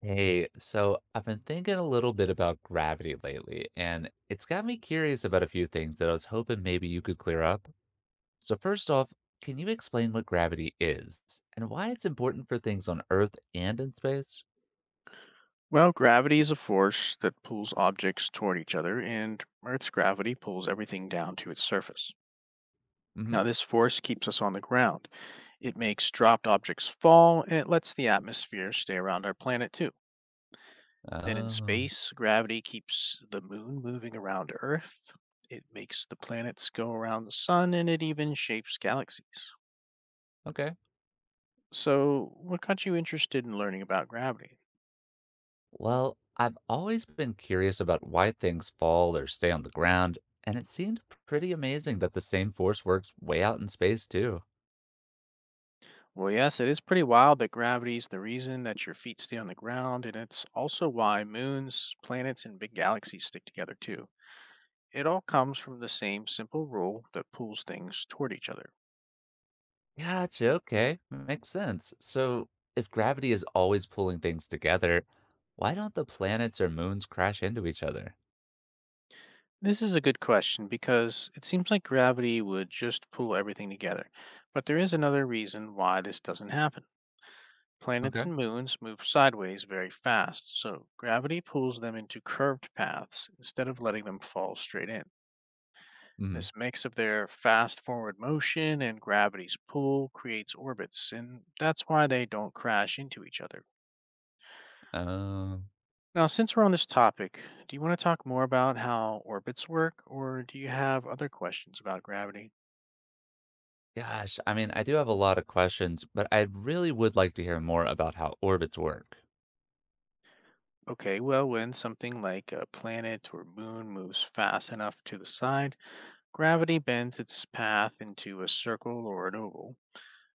Hey, so I've been thinking a little bit about gravity lately, and it's got me curious about a few things that I was hoping maybe you could clear up. So, first off, can you explain what gravity is and why it's important for things on Earth and in space? Well, gravity is a force that pulls objects toward each other, and Earth's gravity pulls everything down to its surface. Hmm. Now, this force keeps us on the ground. It makes dropped objects fall, and it lets the atmosphere stay around our planet, too. Then in Oh, space, gravity keeps the moon moving around Earth. It makes the planets go around the sun, and it even shapes galaxies. okay. So, what got you interested in learning about gravity? Well, I've always been curious about why things fall or stay on the ground, and it seemed pretty amazing that the same force works way out in space, too. Well, yes, it is pretty wild that gravity is the reason that your feet stay on the ground, and it's also why moons, planets, and big galaxies stick together, too. It all comes from the same simple rule that pulls things toward each other. Gotcha. Okay. Makes sense. So, if gravity is always pulling things together, why don't the planets or moons crash into each other? This is a good question, because it seems like gravity would just pull everything together. But there is another reason why this doesn't happen. Planets Okay. and moons move sideways very fast, so gravity pulls them into curved paths instead of letting them fall straight in. Hmm. This mix of their fast forward motion and gravity's pull creates orbits, and that's why they don't crash into each other. Um, Now, since we're on this topic, do you want to talk more about how orbits work, or do you have other questions about gravity? Gosh, I mean, I do have a lot of questions, but I really would like to hear more about how orbits work. Okay, well, when something like a planet or moon moves fast enough to the side, gravity bends its path into a circle or an oval,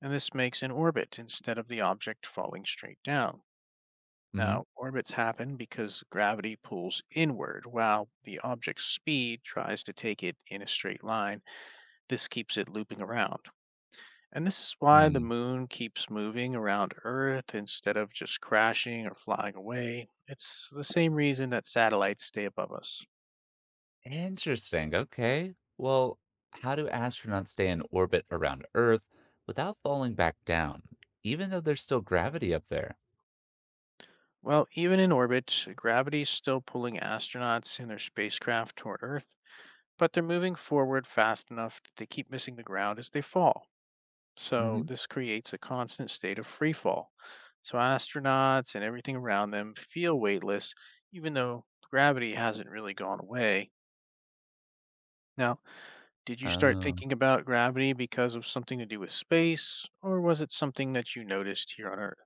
and this makes an orbit instead of the object falling straight down. Hmm. Now, orbits happen because gravity pulls inward while the object's speed tries to take it in a straight line. This keeps it looping around. And this is why the Hmm. moon keeps moving around Earth instead of just crashing or flying away. It's the same reason that satellites stay above us. Interesting. Okay. Well, how do astronauts stay in orbit around Earth without falling back down, even though there's still gravity up there? Well, even in orbit, gravity is still pulling astronauts and their spacecraft toward Earth, but they're moving forward fast enough that they keep missing the ground as they fall. So, Hmm. this creates a constant state of free fall. So, astronauts and everything around them feel weightless, even though gravity hasn't really gone away. Now, Did you start Oh. thinking about gravity because of something to do with space, or was it something that you noticed here on Earth?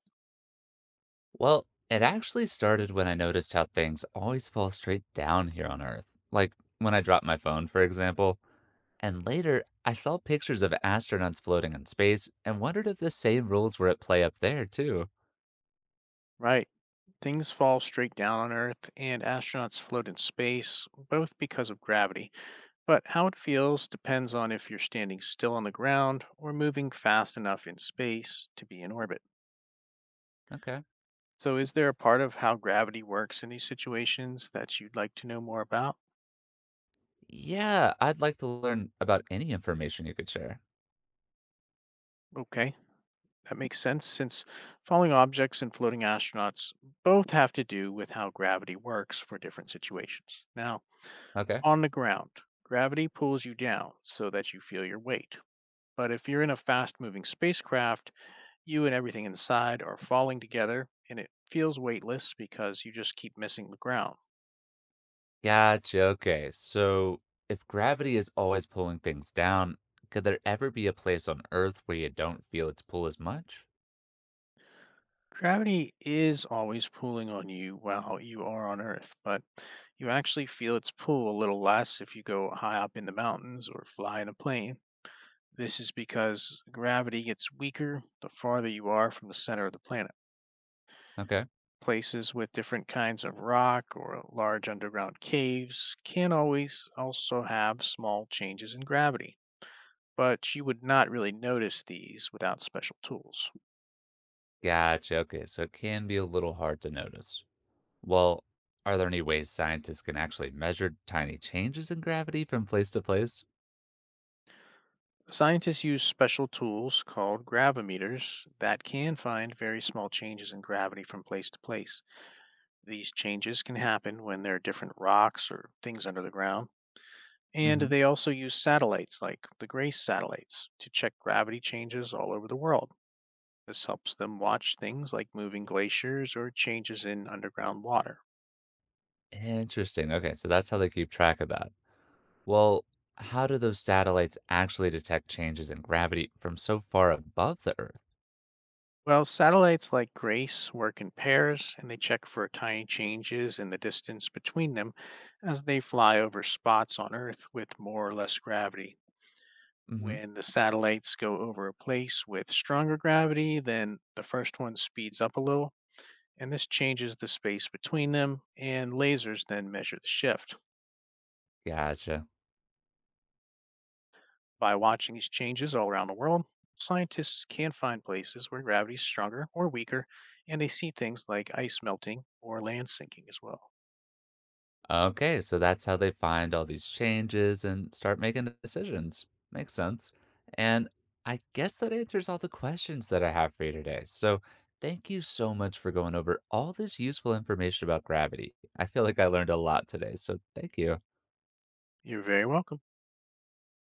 Well, it actually started when I noticed how things always fall straight down here on Earth. Like when I dropped my phone, for example. And later, I saw pictures of astronauts floating in space and wondered if the same rules were at play up there, too. Right. Things fall straight down on Earth, and astronauts float in space, both because of gravity. But how it feels depends on if you're standing still on the ground or moving fast enough in space to be in orbit. Okay. So, is there a part of how gravity works in these situations that you'd like to know more about? Yeah, I'd like to learn about any information you could share. Okay. That makes sense, since falling objects and floating astronauts both have to do with how gravity works for different situations. Now, Okay. on the ground, gravity pulls you down so that you feel your weight. But if you're in a fast moving spacecraft, you and everything inside are falling together, and it feels weightless because you just keep missing the ground. Gotcha. Okay. So, if gravity is always pulling things down, could there ever be a place on Earth where you don't feel its pull as much? Gravity is always pulling on you while you are on Earth, but you actually feel its pull a little less if you go high up in the mountains or fly in a plane. This is because gravity gets weaker the farther you are from the center of the planet. Okay. Places with different kinds of rock or large underground caves can always also have small changes in gravity, but you would not really notice these without special tools. Gotcha, okay, so it can be a little hard to notice. Well, are there any ways scientists can actually measure tiny changes in gravity from place to place? Scientists use special tools called gravimeters that can find very small changes in gravity from place to place. These changes can happen when there are different rocks or things under the ground. And Hmm. they also use satellites like the GRACE satellites to check gravity changes all over the world. This helps them watch things like moving glaciers or changes in underground water. Interesting. Okay, so that's how they keep track of that. Well, how do those satellites actually detect changes in gravity from so far above the Earth? Well, satellites like GRACE work in pairs, and they check for tiny changes in the distance between them as they fly over spots on Earth with more or less gravity. Hmm. When the satellites go over a place with stronger gravity, then the first one speeds up a little, and this changes the space between them, and lasers then measure the shift. Gotcha. By watching these changes all around the world, scientists can find places where gravity is stronger or weaker, and they see things like ice melting or land sinking as well. Okay, so that's how they find all these changes and start making the decisions. Makes sense. And I guess that answers all the questions that I have for you today. So thank you so much for going over all this useful information about gravity. I feel like I learned a lot today. So thank you. You're very welcome.